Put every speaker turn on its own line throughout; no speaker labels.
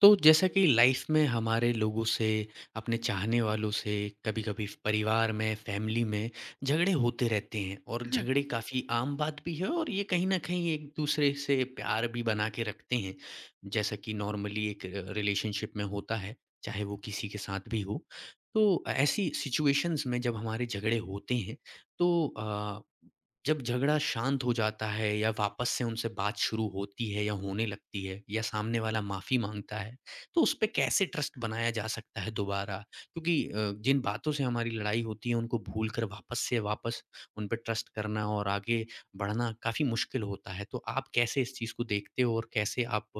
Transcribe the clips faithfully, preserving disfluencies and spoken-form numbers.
तो जैसा कि लाइफ में हमारे लोगों से, अपने चाहने वालों से, कभी-कभी परिवार में, फैमिली में झगड़े होते रहते हैं और
Hmm।
झगड़े काफ़ी आम बात भी है और ये कहीं न कहीं एक-दूसरे से प्यार भी बना के रखते हैं। जैसा कि नॉर्मली एक अ, रिलेशनशिप में होता है, चाहे वो किसी के साथ भी हो। तो ऐसी सिचुएशंस में जब हमारे झगड़े होते हैं तो अ जब झगड़ा शांत हो जाता है या वापस से उनसे बात शुरू होती है या होने लगती है या सामने वाला माफ़ी माँगता है, तो उस पे कैसे ट्रस्ट बनाया जा सकता है दोबारा? क्योंकि अ, जिन बातों से हमारी लड़ाई होती है उनको भूलकर वापस से वापस उन पे ट्रस्ट करना और आगे बढ़ना काफ़ी मुश्किल होता है। तो आप कैसे इस चीज़ को देखते हो और कैसे आप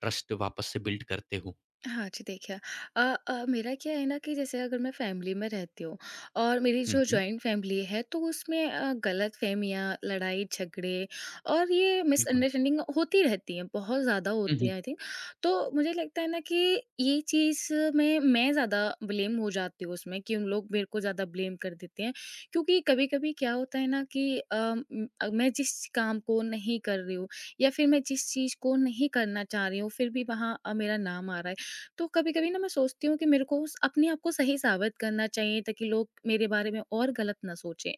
ट्रस्ट वापस से बिल्ड करते हो?
हाँ जी, देखिए अ अ, मेरा क्या है ना कि जैसे अगर मैं फैमिली में रहती हूँ और मेरी
हुँ,
जो
हुँ।
जॉइंट फैमिली है तो उसमें अ, गलतफहमियाँ, लड़ाई झगड़े और ये
बिल्कुल।
मिसअंडरस्टैंडिंग होती रहती हैं, बहुत ज़्यादा
हुँ,
होती
हुँ।
हैं आई थिंक। तो मुझे लगता है ना कि ये चीज़ में मैं ज़्यादा ब्लेम हो जाती हूँ उसमें कि उन लोग मेरे को ज़्यादा ब्लेम कर देते हैं, क्योंकि कभी-कभी क्या होता है ना कि अ, म अ, मैं जिस काम को नहीं कर रही हूँ या फिर मैं जिस चीज़ को नहीं करना चाह रही हूँ, फिर भी वहाँ अ, मेरा नाम आ रहा है। तो कभी-कभी ना मैं सोचती हूँ कि मेरे को स अपने आप को सही साबित करना चाहिए ताकि लोग मेरे बारे में और गलत ना सोचें।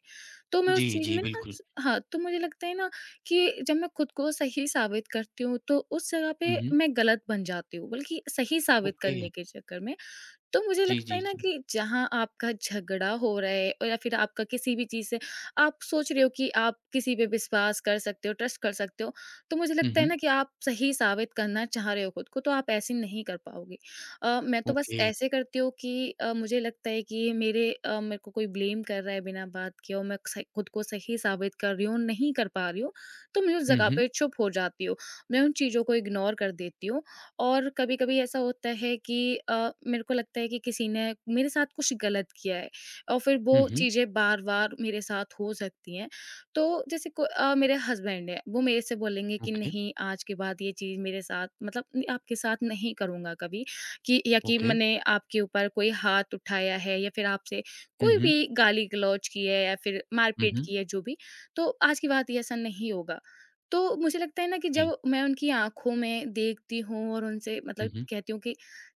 तो मैं
जी,
उस चीज़
जी,
में ना
बिल्कुल।
स हाँ, तो मुझे लगता है ना कि जब मैं खुद को सही साबित करती हूँ तो उस जगह पे
हुँ, हुँ।
मैं गलत बन जाती हूँ, बल्कि सही साबित
ओके।
करने के चक्कर में। तो मुझे
जी,
लगता
जी,
है ना
जी।
कि जहाँ आपका झगड़ा हो रहा है और या फिर आपका किसी भी चीज़ से आप सोच रहे हो कि आप किसी पे विश्वास कर सकते हो, ट्रस्ट कर सकते हो, तो मुझे
हुँ,
लगता है
हुँ।
ना कि आप सही साबित करना चाह रहे हो खुद को, तो आप ऐसे नहीं कर पाओगे। अ, मैं तो बस
ओके।
ऐसे करती हूँ कि अ, मुझे लगता है कि मेरे अ, मेरे को कोई ब्लेम कर रहा है बिना बात के, और मैं सही खुद को सही साबित कर रही हूँ, नहीं कर पा रही हूँ, तो मैं उस
हुँ,
जगह
हुँ।
पे चुप हो जाती हूँ। मैं उन चीज़ों को इग्नोर कर देती हूँ, और कभी-कभी ऐसा होता है कि अ, मेरे को लगता है कि किसी ने मेरे साथ कुछ गलत किया है और फिर
हुँ,
वो
हुँ।
चीज़ें बार-बार मेरे साथ हो सकती हैं। तो जैसे को अ, मेरे हस्बैंड हैं, वो मेरे से बोलेंगे कि
ओके।
नहीं, आज के बाद ये चीज़ मेरे साथ मतलब न आपके साथ नहीं करूँगा कभी, कि या कि
Okay.
मैंने आपके ऊपर कोई हाथ उठाया है या फिर आपसे कोई
Mhm.
भी गाली-गलौज की है या फिर मारपीट
Mhm.
की है, जो भी, तो आज की बात ये ऐसा नहीं होगा। तो मुझे लगता है ना कि जब
Sí.
मैं उनकी आँखों में देखती हूँ और उनसे मतलब
Mhm.
कहती हूँ कि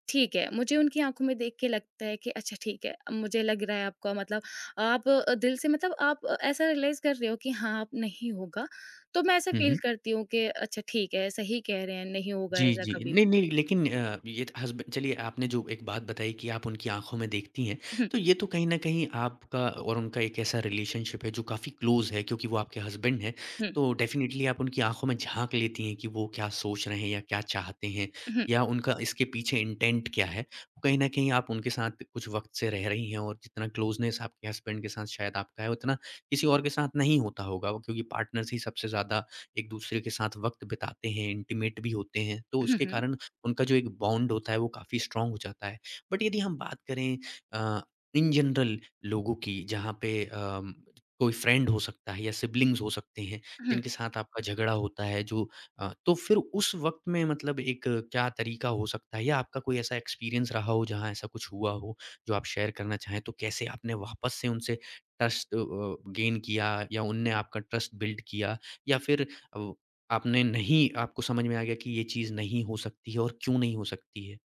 ठीक है, मुझे उनकी आँखों में देख के लगता है कि अच्छा ठीक है, अब मुझे लग रहा है आपका मतलब आप अ, दिल से मतलब आप अ, ऐसा रियलाइज़ कर रहे हो कि हाँ, अब नहीं होगा। तो मैं ऐसा फ़ील
Mhm.
करती हूँ कि अच्छा ठीक है, सही कह रहे हैं, नहीं होगा
जी,
ऐसा
जी।
कभी
नहीं,
भी।
नहीं लेकिन अ, ये हस्ब चलिए आपने जो एक बात बताई कि आप उनकी आँखों में देखती हैं,
हुँ,
तो ये तो कहीं न कहीं आपका और उनका एक ऐसा रिलेशनशिप है जो काफ़ी क्लोज़ है क्योंकि वो आपके हस्बैंड हैं।
हुँ,
तो डेफ़िनेटली आप उनकी आँखों में झाँक लेती हैं कि वो क्या सोच रहे हैं या क्या चाहते हैं
हुँ,
या उनका इसके पीछे इंटेंट क्या है। कहीं न कहीं आप उनके साथ कुछ वक़्त से रह रही हैं और जितना क्लोज़नेस आपके हस्बैंड के साथ शायद आपका है, उतना किसी और के साथ नहीं होता होगा क्योंकि पार्टनर्स ही सबसे ज़्यादा एक दूसरे के साथ वक़्त बिताते हैं, इंटीमेट भी होते हैं, तो
हुँ,
उसके
हुँ,
कारण उनका जो एक बॉन्ड होता है वो काफ़ी स्ट्रॉन्ग हो जाता है। बट यदि हम बात करें अ, इन जनरल लोगों की जहाँ पे अम, कोई फ्रेंड हो सकता है या सिबलिंग्स हो सकते हैं,
हुँ।
जिनके साथ आपका झगड़ा होता है जो अ, तो फिर उस वक़्त में मतलब एक क्या तरीका हो सकता है या आपका कोई ऐसा एक्सपीरियंस रहा हो जहाँ ऐसा कुछ हुआ हो, जो आप शेयर करना चाहें? तो कैसे आपने वापस से उनसे ट्रस्ट अ अ, गेन किया या उनने आपका ट्रस्ट बिल्ड किया या फिर अब आपने नहीं आपको समझ में आ गया कि ये चीज़ नहीं हो सकती है और क्यों नहीं हो सकती है।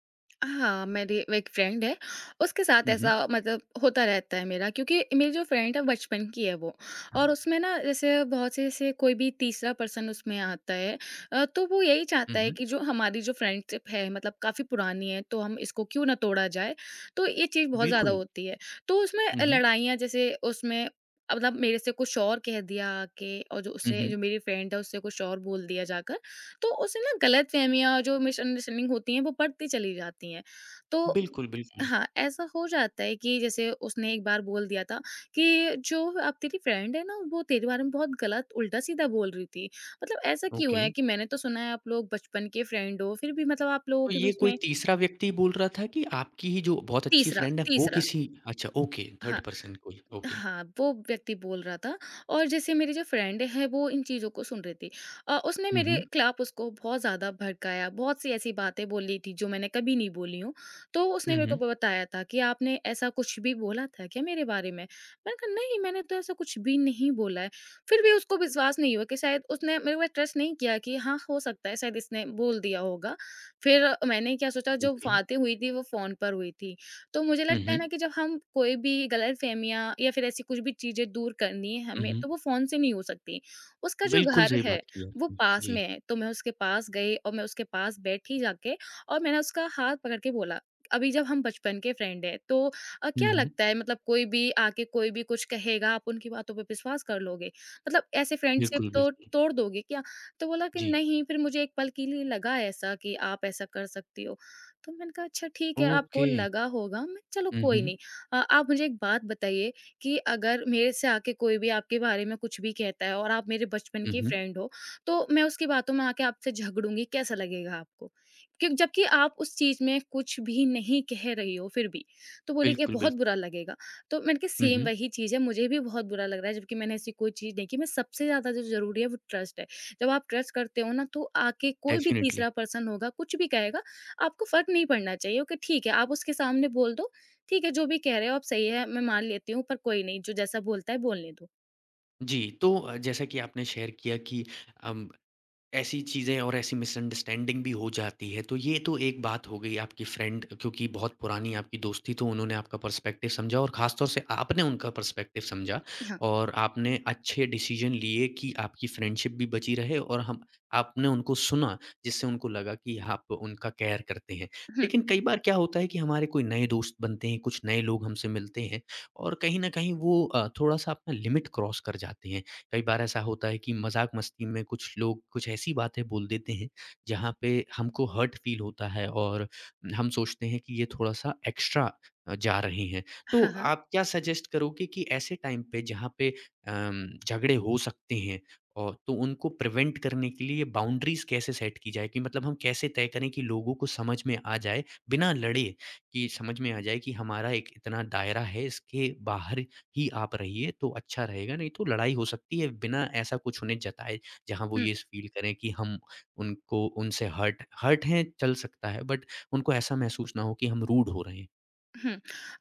हाँ, मेरी एक फ्रेंड है, उसके साथ
हुँ,
ऐसा
हुँ।
मतलब होता रहता है मेरा, क्योंकि मेरी जो फ्रेंड है बचपन की है वो, और उसमें ना जैसे बहुत से ऐसे कोई भी तीसरा पर्सन उसमें आता है, अ, तो वो यही
हुँ,
चाहता है
हुँ।
कि जो हमारी जो फ्रेंडशिप है मतलब काफ़ी पुरानी है तो हम इसको क्यों ना तोड़ा जाए, तो ये चीज़ बहुत ज़्यादा
बिल्कुल।
होती है। तो उसमें
हुँ, हुँ।
लड़ाइयाँ जैसे उसमें मतलब मेरे से कुछ और कह दिया आके, और जो
हुँ,
उससे
हुँ।
जो मेरी फ्रेंड है उससे कुछ और बोल दिया जाकर। तो उससे ना गलतफ़हमियाँ जो मिसअंडरस्टैंडिंग होती हैं वो बढ़ती चली जाती हैं। तो
बिल्कुल, बिल्कुल।
हाँ, ऐसा हो जाता है कि जैसे उसने एक बार बोल दिया था कि जो अब तेरी फ्रेंड है ना, वो तेरे बारे में बहुत गलत उल्टा-सीधा बोल रही थी। मतलब ऐसा क्यों
ओके।
है कि मैंने तो सुना है आप लोग बचपन के फ्रेंड हो, फिर भी मतलब आप लोगों
तो
के
ये
बीच
कोई
में
तीसरा व्यक्ति बोल रहा था कि आपकी ही जो बहुत अच्छी
तीसरा
फ्रेंड है वो
तीसरा,
किसी अच्छा ओके,
हाँ।
थर्ड पर्सन कोई। ओके।
हाँ, वो व्यक्ति बोल रहा था, और जैसे मेरी जो फ्रेंड है वो इन चीज़ों को सुन रही थी। अ, उसने
हुँ,
मेरे
हुँ।
खिलाफ उसको बहुत ज़्यादा भड़काया, बहुत सी ऐसी बातें बोली थी जो मैंने कभी नहीं बोली हूँ। तो
हुँ,
उसने मेरे को
हुँ।
ब बताया था कि आपने ऐसा कुछ भी बोला था क्या मेरे बारे में? मैंने कहा नहीं, मैंने तो ऐसा कुछ भी नहीं बोला है। फिर भी उसको विश्वास नहीं हुआ, कि शायद उसने मेरे पे ट्रस्ट नहीं किया कि हाँ, हो सकता है शायद इसने बोल दिया होगा। फिर मैंने क्या सोचा, जो
ओके।
बातें हुई थी वो फ़ोन पर हुई थी। तो मुझे
हुँ,
लगता है
हुँ।
ना कि जब हम कोई भी गलतफ़हमियाँ या फिर ऐसी कुछ भी चीज़ें दूर करनी है
हुँ,
हमें,
हुँ।
तो वो फ़ोन से नहीं हो सकती। उसका जो
बिल्कुल
घर
सही
है,
बात की है
वो
आपने।
पास
जी।
में है, तो मैं उसके पास गई और मैं उसके पास बैठी जाके, और मैंने उसका हाथ पकड़ के बोला, अभी जब हम बचपन के फ्रेंड हैं, तो अ,
हुँ,
क्या
हुँ।
लगता है मतलब कोई भी आके कोई भी कुछ कहेगा, आप उनकी बातों पे विश्वास कर लोगे? मतलब ऐसे फ्रेंडशिप
बिल्कुल,
तो
बिल्कुल।
तोड़ दोगे क्या? तो बोला कि
जी।
नहीं, फिर मुझे एक पल के लिए लगा ऐसा कि आप ऐसा कर सकती हो। तो मैंने कहा अच्छा ठीक है, आपको
ओके।
लगा होगा, मैं चलो
हुँ,
कोई
हुँ।
नहीं, अ, आप मुझे एक बात बताइए कि अगर मेरे से आके कोई भी आपके बारे में कुछ भी कहता है और आप मेरे बचपन
हुँ,
की
हुँ।
फ्रेंड हो, तो मैं उसकी बातों में आके आपसे झगड़ूंगी, कैसा लगेगा आपको, क्योंकि जबकि आप उस चीज में कुछ भी नहीं कह रही हो फिर भी। तो बोली कि
बिल्कुल,
बहुत
बिल्कुल।
बुरा लगेगा। तो मैंने कहा
हुँ,
सेम
हुँ।
वही चीज है, मुझे भी बहुत बुरा लग रहा है जबकि मैंने ऐसी कोई चीज नहीं की, मैं सबसे ज्यादा जो जरूरी है वो ट्रस्ट है। जब आप ट्रस्ट करते हो ना, तो आके कोई भी
डेफ़िनिटली।
तीसरा पर्सन होगा कुछ भी कहेगा, आपको फ़र्क नहीं पड़ना चाहिए, ओके ठीक है, आप उसके सामने बोल दो, ठीक है, जो भी कह रहे हो आप सही है, मैं मान लेती हूँ, पर कोई नहीं, जो जैसा बोलता है बोलने दो।
जी, तो अ, जैसा कि आपने शेयर किया कि अम, ऐसी चीज़ें और ऐसी मिसअंडरस्टैंडिंग भी हो जाती है, तो ये तो एक बात हो गई आपकी फ्रेंड क्योंकि बहुत पुरानी आपकी दोस्ती तो उन्होंने आपका पर्सपेक्टिव समझा और ख़ास तौर से आपने उनका पर्सपेक्टिव समझा
हाँ।
और आपने अच्छे डिसीज़न लिए कि आपकी फ्रेंडशिप भी बची रहे और हम आपने उनको सुना, जिससे उनको लगा कि आप उनका केयर करते हैं।
हुँ।
लेकिन कई बार क्या होता है कि हमारे कोई नए दोस्त बनते हैं, कुछ नए लोग हमसे मिलते हैं और कहीं न कहीं वो अ, थोड़ा-सा अपना लिमिट क्रॉस कर जाते हैं। कई बार ऐसा होता है कि मज़ाक-मस्ती में कुछ लोग कुछ ऐसी बातें बोल देते हैं, जहाँ पे हमको हर्ट फ़ील होता है और हम सोचते हैं कि ये थोड़ा-सा एक्स्ट्रा अ, जा रहे हैं। तो
हाँ, हाँ।
आप क्या सजेस्ट करोगे कि ऐसे टाइम पे जहाँ पे अम, झगड़े हो सकते हैं और तो उनको प्रिवेंट करने के लिए बाउंड्रीज़ कैसे सेट की जाए? कि मतलब हम कैसे तय करें कि लोगों को समझ में आ जाए बिना लड़े, कि समझ में आ जाए कि हमारा एक इतना दायरा है, इसके बाहर ही आप रहिए तो अच्छा रहेगा, नहीं तो लड़ाई हो सकती है बिना ऐसा कुछ उन्हें जताए, जहाँ वो
हुँ।
ये फ़ील करें कि हम उनको उनसे हर्ट हर्ट हैं चल सकता है बट उनको ऐसा महसूस ना हो कि हम रूड हो रहे हैं।
हुँ।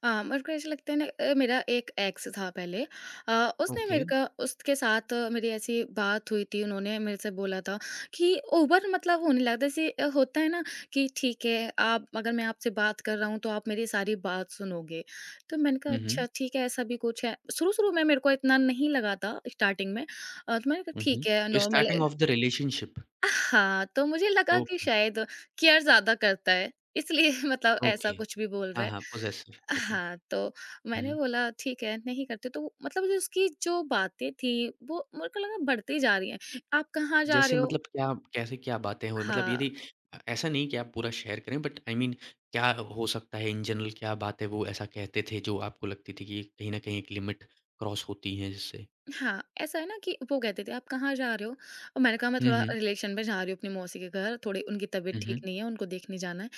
अ, मेरे को ऐसा लगता है ना, अ, मेरा एक एक्स था पहले, अ, उसने
ओके।
मेरे का उसके साथ अ, मेरी ऐसी बात हुई थी, उन्होंने मेरे से बोला था कि ओवर मतलब होने लगा, जैसे अ, होता है ना कि ठीक है, आप अगर मैं आपसे बात कर रहा हूँ, तो आप मेरी सारी बात सुनोगे। तो मैंने कहा,
हुँ, हुँ।
"अच्छा, ठीक है, ऐसा भी कुछ है।" शुरू-शुरू में मेरे को इतना नहीं लगा था स्टार्टिंग में, अ, तो मैंने कहा,
हुँ,
"ठीक है,
हुँ।
नॉर्मल
स्टार्टिंग
है।"
Of the relationship.
हाँ, तो मुझे लगा कि
ओके,
शायद केयर ज़्यादा करता है, इसलिए मतलब
ओके।
ऐसा कुछ भी बोल रहा
हाँ,
है।
हाँ, पॉसेसिव ओके।
हाँ, तो मैंने
हुँ।
बोला ठीक है, नहीं करते, तो वो- मतलब जो उसकी जो बातें थी वो मेरे को लगा बढ़ती जा रही हैं। आप कहाँ जा
जैसे
रहे हो?
मतलब क्या कैसे क्या बातें हुई? मतलब
हाँ।
यदि अ, ऐसा नहीं कि आप पूरा शेयर करें बट आई मीन क्या हो सकता है इन जनरल क्या बातें वो ऐसा कहते थे जो आपको लगती थी कि ये कहीं न कहीं एक लिमिट क्रॉस होती है जिससे?
हाँ, ऐसा है ना कि वो कहते थे, "आप कहाँ जा रहे हो?" और मैंने कहा, "मैं
हुँ,
थोड़ा
हुँ।
रिलेशन में जा रही हूँ अपनी मौसी के घर, थोड़ी उनकी तबीयत
हुँ,
ठीक
हुँ।
नहीं है, उनको देखने जाना है।"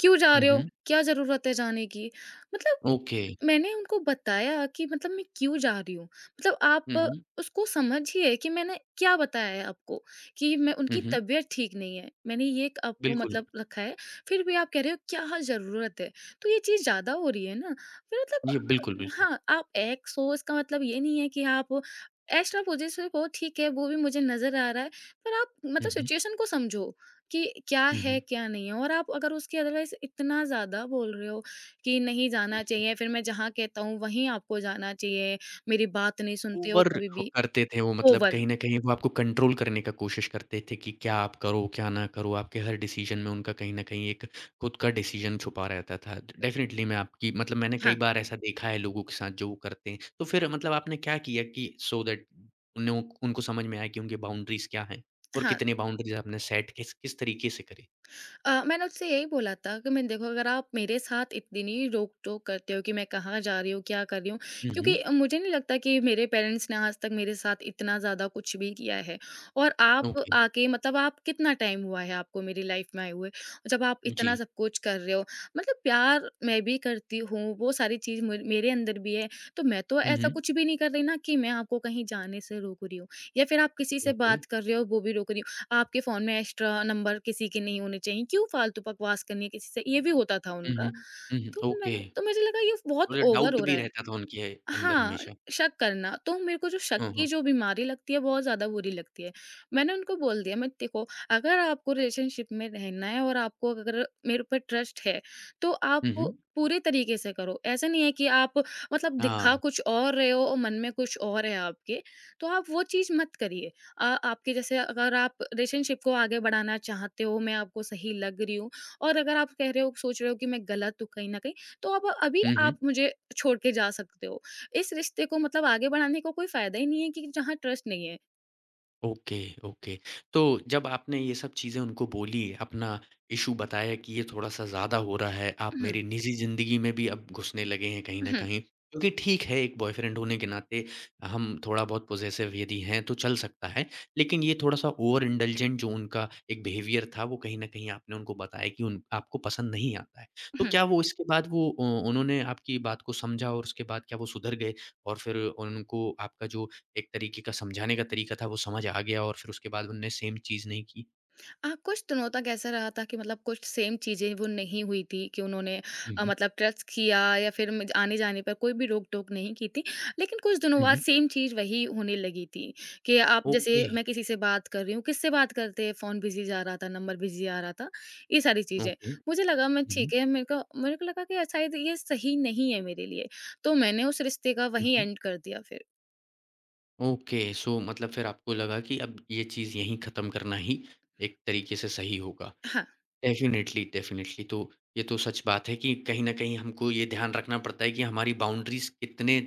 "क्यों जा
हुँ,
रहे हो?
हुँ।
क्या ज़रूरत है जाने की?" मतलब
ओके।
मैंने उनको बताया कि मतलब मैं क्यों जा रही हूँ। मतलब आप
हुँ,
अ,
हुँ।
उसको समझिए कि मैंने क्या बताया है आपको, कि मैं
हुँ,
उनकी
हुँ।
तबीयत ठीक नहीं है। मैंने ये एक आपको
बिल्कुल।
मतलब रखा है, फिर भी आप कह रहे हो क्या ज़रूरत है? तो ये चीज़ ज़्यादा हो रही है ना। फिर मतलब
जी, बिल्कुल, बिल्कुल।
हाँ, आप एक्स हो, इसका मतलब ये नहीं है कि आप एक्स्ट्रा पोजेसिव हो, ठीक है, वो भी मुझे नज़र आ रहा है, पर आप
हुँ,
मतलब
हुँ।
सिचुएशन को समझो कि क्या
हुँ,
है,
हुँ।
क्या नहीं है, और आप अगर उसकी अदरवाइज़ इतना ज़्यादा बोल रहे हो कि नहीं जाना चाहिए, फिर मैं जहाँ कहता हूँ वहीं आपको जाना चाहिए, मेरी बात नहीं सुनते हो
ओवर
कभी
हो
भी,
करते थे वो मतलब
ओवर,
कहीं न कहीं वो आपको कंट्रोल करने का कोशिश करते थे कि क्या आप करो, क्या ना करो, आपके हर डिसीज़न में उनका कहीं न कहीं एक खुद का डिसीज़न छुपा रहता था। डेफ़िनिटली मैं आपकी मतलब मैंने कई
हाँ,
बार ऐसा देखा है लोगों के साथ जो वो करते हैं। तो फिर मतलब आपने क्या किया कि सो दैट उन्हों उनको समझ में आए कि उनकी बाउंड्रीज़ क्या हैं और
हाँ।
कितने बाउंड्रीज़ आपने सेट किस किस तरीके से करी?
अ, मैंने उससे यही बोला था कि मैं देखो, अगर आप मेरे साथ इतनी रोक टोक करते हो कि मैं कहाँ जा रही हूँ, क्या कर रही हूँ,
हुँ, हुँ।
क्योंकि मुझे नहीं लगता कि मेरे पेरेंट्स ने आज तक मेरे साथ इतना ज़्यादा कुछ भी किया है, और आप
ओके।
आके मतलब आप कितना टाइम हुआ है आपको मेरी लाइफ में आए हुए, जब आप
जी।
इतना सब कुछ कर रहे हो, मतलब प्यार मैं भी करती हूँ, वो सारी चीज़ मुझ- मेरे अंदर भी है, तो मैं तो
हुँ,
ऐसा
हुँ।
कुछ भी नहीं कर रही ना कि मैं आपको कहीं जाने से रोक रही हूँ या फिर आप किसी से
ओके।
बात कर रहे हो वो भी रोक रही हूँ, आपके फ़ोन में एक्स्ट्रा नंबर किसी के नहीं होने चाहिए, क्यों फ़ालतू बकवास करनी है किसी से? ये भी होता था
हुँ, हुँ।
उनका।
हुँ, हुँ।
तो
ओके।
मैंने तो मुझे लगा ये बहुत
मतलब
ओवर
डाउट
हो
भी
रहा है।
रहता था उनके अंदर
हाँ,
हमेशा।
शक करना, तो मेरे को जो शक
हाँ, हाँ।
की जो बीमारी लगती है बहुत ज़्यादा बुरी लगती है। मैंने उनको बोल दिया, मैं देखो, अगर आपको रिलेशनशिप में रहना है और आपको अगर मेरे ऊपर ट्रस्ट है, तो आप
हुँ, हुँ।
वो पूरे तरीके से करो। ऐसा नहीं है कि आप मतलब दिखा
हाँ।
कुछ और रहे हो और मन में कुछ और है आपके, तो आप वो चीज़ मत करिए। अ, आपके जैसे अगर आप रिलेशनशिप को आगे बढ़ाना चाहते हो, मैं आपको सही लग रही हूँ, और अगर आप कह रहे हो सोच रहे हो कि मैं गलत हूँ कहीं न कहीं, तो आप अभी
हुँ, हुँ।
आप मुझे छोड़ के जा सकते हो। इस रिश्ते को मतलब आगे बढ़ाने का कोई फायदा ही नहीं है कि जहाँ ट्रस्ट नहीं है।
Okay, okay. तो जब आपने ये सब चीज़ें उनको बोली, अपना इश्यू बताया कि ये थोड़ा-सा ज़्यादा हो रहा है, आप
हुँ,
मेरी निजी ज़िंदगी में भी अब घुसने लगे हैं कहीं न
हुँ,
कहीं, क्योंकि ठीक है, एक बॉयफ्रेंड होने के नाते हम थोड़ा-बहुत पॉसेसिव यदि हैं तो चल सकता है। लेकिन ये थोड़ा-सा ओवर इंडल्जेंट जो उनका एक बिहेवियर था, वो कहीं न कहीं आपने उनको बताया कि उन आपको पसंद नहीं आता है। तो
हुँ।
क्या वो इसके बाद वो अ, उन्होंने आपकी बात को समझा और उसके बाद क्या वो सुधर गए? और फिर उनको आपका जो एक तरीके का समझाने का तरीका था वो समझ आ गया और फिर उसके बाद उन्होंने सेम चीज़ नहीं की।
अ, कुछ तोनोता कैसा रहा था कि मतलब कुछ सेम चीज़ें वो नहीं हुई थी कि उन्होंने
हुँ,
अ,
हुँ।
मतलब ट्रस्ट किया या फिर म आने-जाने पर कोई भी रोक-टोक नहीं की थी। लेकिन कुछ दिनों
हुँ,
बाद
हुँ।
सेम चीज़ वही होने लगी थी कि आप
ओके,
जैसे मैं किसी से बात कर रही हूँ, किससे बात करते हैं? फ़ोन बिज़ी जा रहा था, नंबर बिज़ी आ रहा था, ये सारी चीज़ें।
ओके।
मुझे लगा मैं
हुँ, हुँ।
ठीक है, मेरे को मेरे को लगा कि शायद ये सही नहीं है मेरे लिए, तो मैंने उस रिश्ते का
हुँ,
वहीं
हुँ।
एंड कर दिया फिर।
ओके सो मतलब फिर आपको लगा कि अब ये चीज़ यहीं ख़त्म करना ही एक तरीके से सही होगा।
हाँ।
Definitely, definitely. तो ये तो सच बात है कि कहीं न कहीं हमको ये ध्यान रखना पड़ता है कि हमारी बाउंड्रीज़ कितने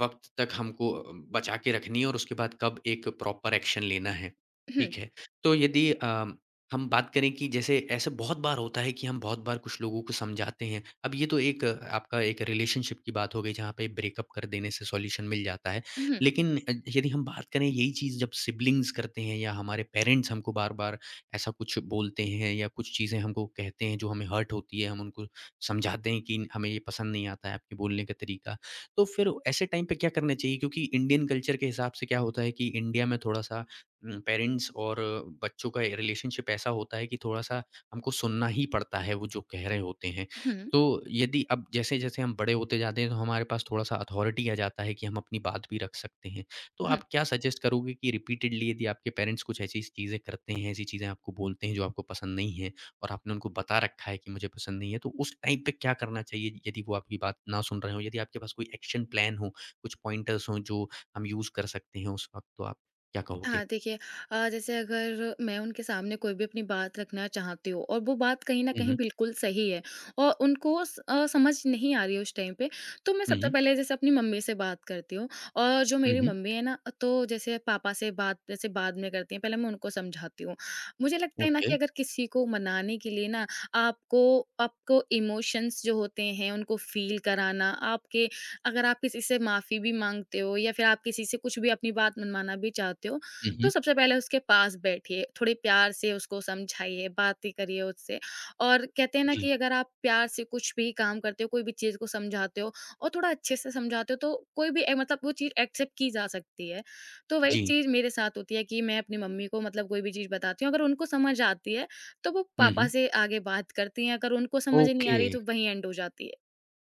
वक़्त तक हमको अ, बचा के रखनी है और उसके बाद कब एक प्रॉपर एक्शन लेना है।
हम,
ठीक है। तो यदि अ, हम बात करें कि जैसे ऐसा बहुत बार होता है कि हम बहुत बार कुछ लोगों को समझाते हैं। अब ये तो एक अ, आपका एक रिलेशनशिप की बात हो गई जहाँ पे ब्रेकअप कर देने से सॉल्यूशन मिल जाता है।
हम, हम,
लेकिन अ, यदि हम बात करें यही चीज़ जब सिबलिंग्स करते हैं या हमारे पेरेंट्स हमको बार-बार ऐसा कुछ बोलते हैं या कुछ चीज़ें हमको कहते हैं जो हमें हर्ट होती है, हम उनको समझाते हैं कि हमें ये पसंद नहीं आता है आपके बोलने का तरीका। तो फिर ऐसे टाइम पे क्या करना चाहिए? क्योंकि इंडियन कल्चर के हिसाब से क्या होता है कि इंडिया में थोड़ा-सा उम, पेरेंट्स और बच्चों का रिलेशनशिप ऐसा होता है कि थोड़ा-सा हमको सुनना ही पड़ता है वो जो कह रहे होते हैं।
हम,
तो यदि अब जैसे-जैसे हम बड़े होते जाते हैं तो हमारे पास थोड़ा-सा अथॉरिटी आ जाता है कि हम अपनी बात भी रख सकते हैं। तो
हम।
आप क्या सजेस्ट करोगे कि रिपीटेडली यदि आपके पेरेंट्स कुछ ऐसी चीज़ें करते हैं, ऐसी चीज़ें आपको बोलते हैं जो आपको पसंद नहीं है और आपने उनको बता रखा है कि मुझे पसंद नहीं है, तो उस टाइम पे क्या करना चाहिए यदि वो आपकी बात ना सुन रहे हों? यदि आपके पास कोई एक्शन प्लान हो, कुछ पॉइंटर्स हों जो हम यूज़ कर सकते हैं उस वक़्त, तो आप क्या कहोगे?
हाँ, देखिए अ, जैसे अगर मैं उनके सामने कोई भी अपनी बात रखना चाहती हूँ और वो बात कहीं न
हुँ,
कहीं
हुँ।
बिल्कुल सही है और उनको स अ, समझ नहीं आ रही है उस टाइम पे, तो मैं
हुँ,
सबसे
हुँ।
पहले जैसे अपनी मम्मी से बात करती हूँ, और जो
हुँ,
मेरी
हुँ।
मम्मी है ना, तो जैसे पापा से बात जैसे बाद में करती हैं, पहले मैं उनको समझाती हूँ। मुझे लगता है ना
ओके।
कि अगर किसी को मनाने के लिए ना, आपको आपको इमोशंस जो होते हैं, उनको फ़ील कराना, आपके अगर आप किसी से माफ़ी भी माँगते हो या फिर आप किसी से कुछ भी अपनी बात मनवाना भी चाहते हो,
हुँ,
तो
हुँ।
सबसे पहले उसके पास बैठिए, थोड़े प्यार से उसको समझाइए, बातें करिए उससे, और कहते हैं ना
जी,
कि अगर आप प्यार से कुछ भी काम करते हो, कोई भी चीज़ को समझाते हो और थोड़ा अच्छे से समझाते हो, तो कोई भी ए, मतलब वो चीज़ एक्सेप्ट की जा सकती है। तो वही
जी।
चीज़ मेरे साथ होती है कि मैं अपनी मम्मी को मतलब कोई भी चीज़ बताती हूँ, अगर उनको समझ आती है तो वो
हुँ,
पापा
हुँ।
से आगे बात करती हैं, अगर उनको समझ नहीं आ
ओके।
रही तो वहीं एंड हो जाती है।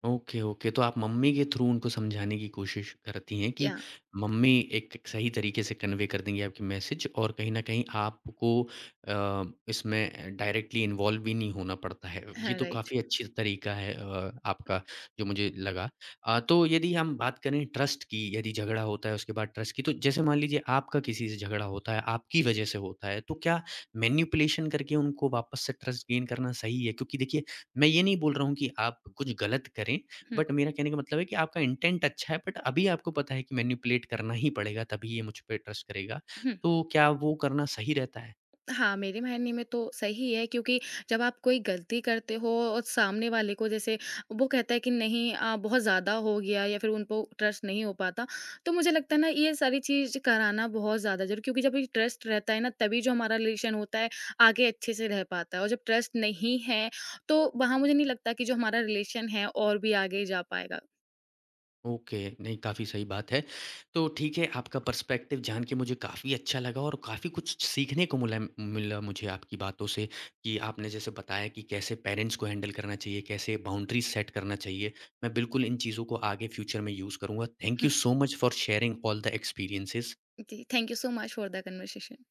Okay, okay. तो आप मम्मी के थ्रू उनको समझाने की कोशिश करती हैं कि
या
मम्मी एक एक सही तरीके से कन्वे कर देंगी आपकी मैसेज और कहीं न कहीं आपको अ, इसमें डायरेक्टली इन्वॉल्व भी नहीं होना पड़ता है। ये
हाँ,
तो काफ़ी
राइट।
अच्छी तरीका है अ, आपका जो मुझे लगा। अ, तो यदि हम बात करें ट्रस्ट की, यदि झगड़ा होता है उसके बाद ट्रस्ट की, तो जैसे मान लीजिए आपका किसी से झगड़ा होता है, आपकी वजह से होता है, तो क्या मैनिपुलेशन करके उनको वापस से ट्रस्ट गेन करना सही है? क्योंकि देखिए मैं ये नहीं बोल रहा हूँ कि आप कुछ गलत करें,
हुँ,
बट मेरा कहने का मतलब है कि आपका इंटेंट अच्छा है बट अभी आपको पता है कि मैनिपुलेट करना ही पड़ेगा तभी ये मुझ पे ट्रस्ट करेगा।
हुँ।
तो क्या वो करना सही रहता है?
हाँ, मेरे मायने में तो सही है, क्योंकि जब आप कोई गलती करते हो और सामने वाले को जैसे वो कहता है कि नहीं अ, बहुत ज़्यादा हो गया या फिर उन पे ट्रस्ट नहीं हो पाता, तो मुझे लगता है ना ये सारी चीज़ कराना बहुत ज़्यादा ज़रूरी, क्योंकि जब ये ट्रस्ट रहता है ना तभी जो हमारा रिलेशन होता है आगे अच्छे से रह पाता है, और जब ट्रस्ट नहीं है, तो वहाँ मुझे नहीं लगता कि जो हमारा रिलेशन है और भी आगे जा पाएगा।
ओके, नहीं काफ़ी सही बात है। तो ठीक है, आपका पर्सपेक्टिव जान के मुझे काफ़ी अच्छा लगा और काफ़ी कुछ सीखने को मुला मिला मुझे आपकी बातों से कि आपने जैसे बताया कि कैसे पेरेंट्स को हैंडल करना चाहिए, कैसे बाउंड्रीज़ सेट करना चाहिए। मैं बिल्कुल इन चीज़ों को आगे फ्यूचर में यूज़ करूँगा। Thank you
hmm,
so much for sharing all the experiences.
जी, thank you so much for the conversation.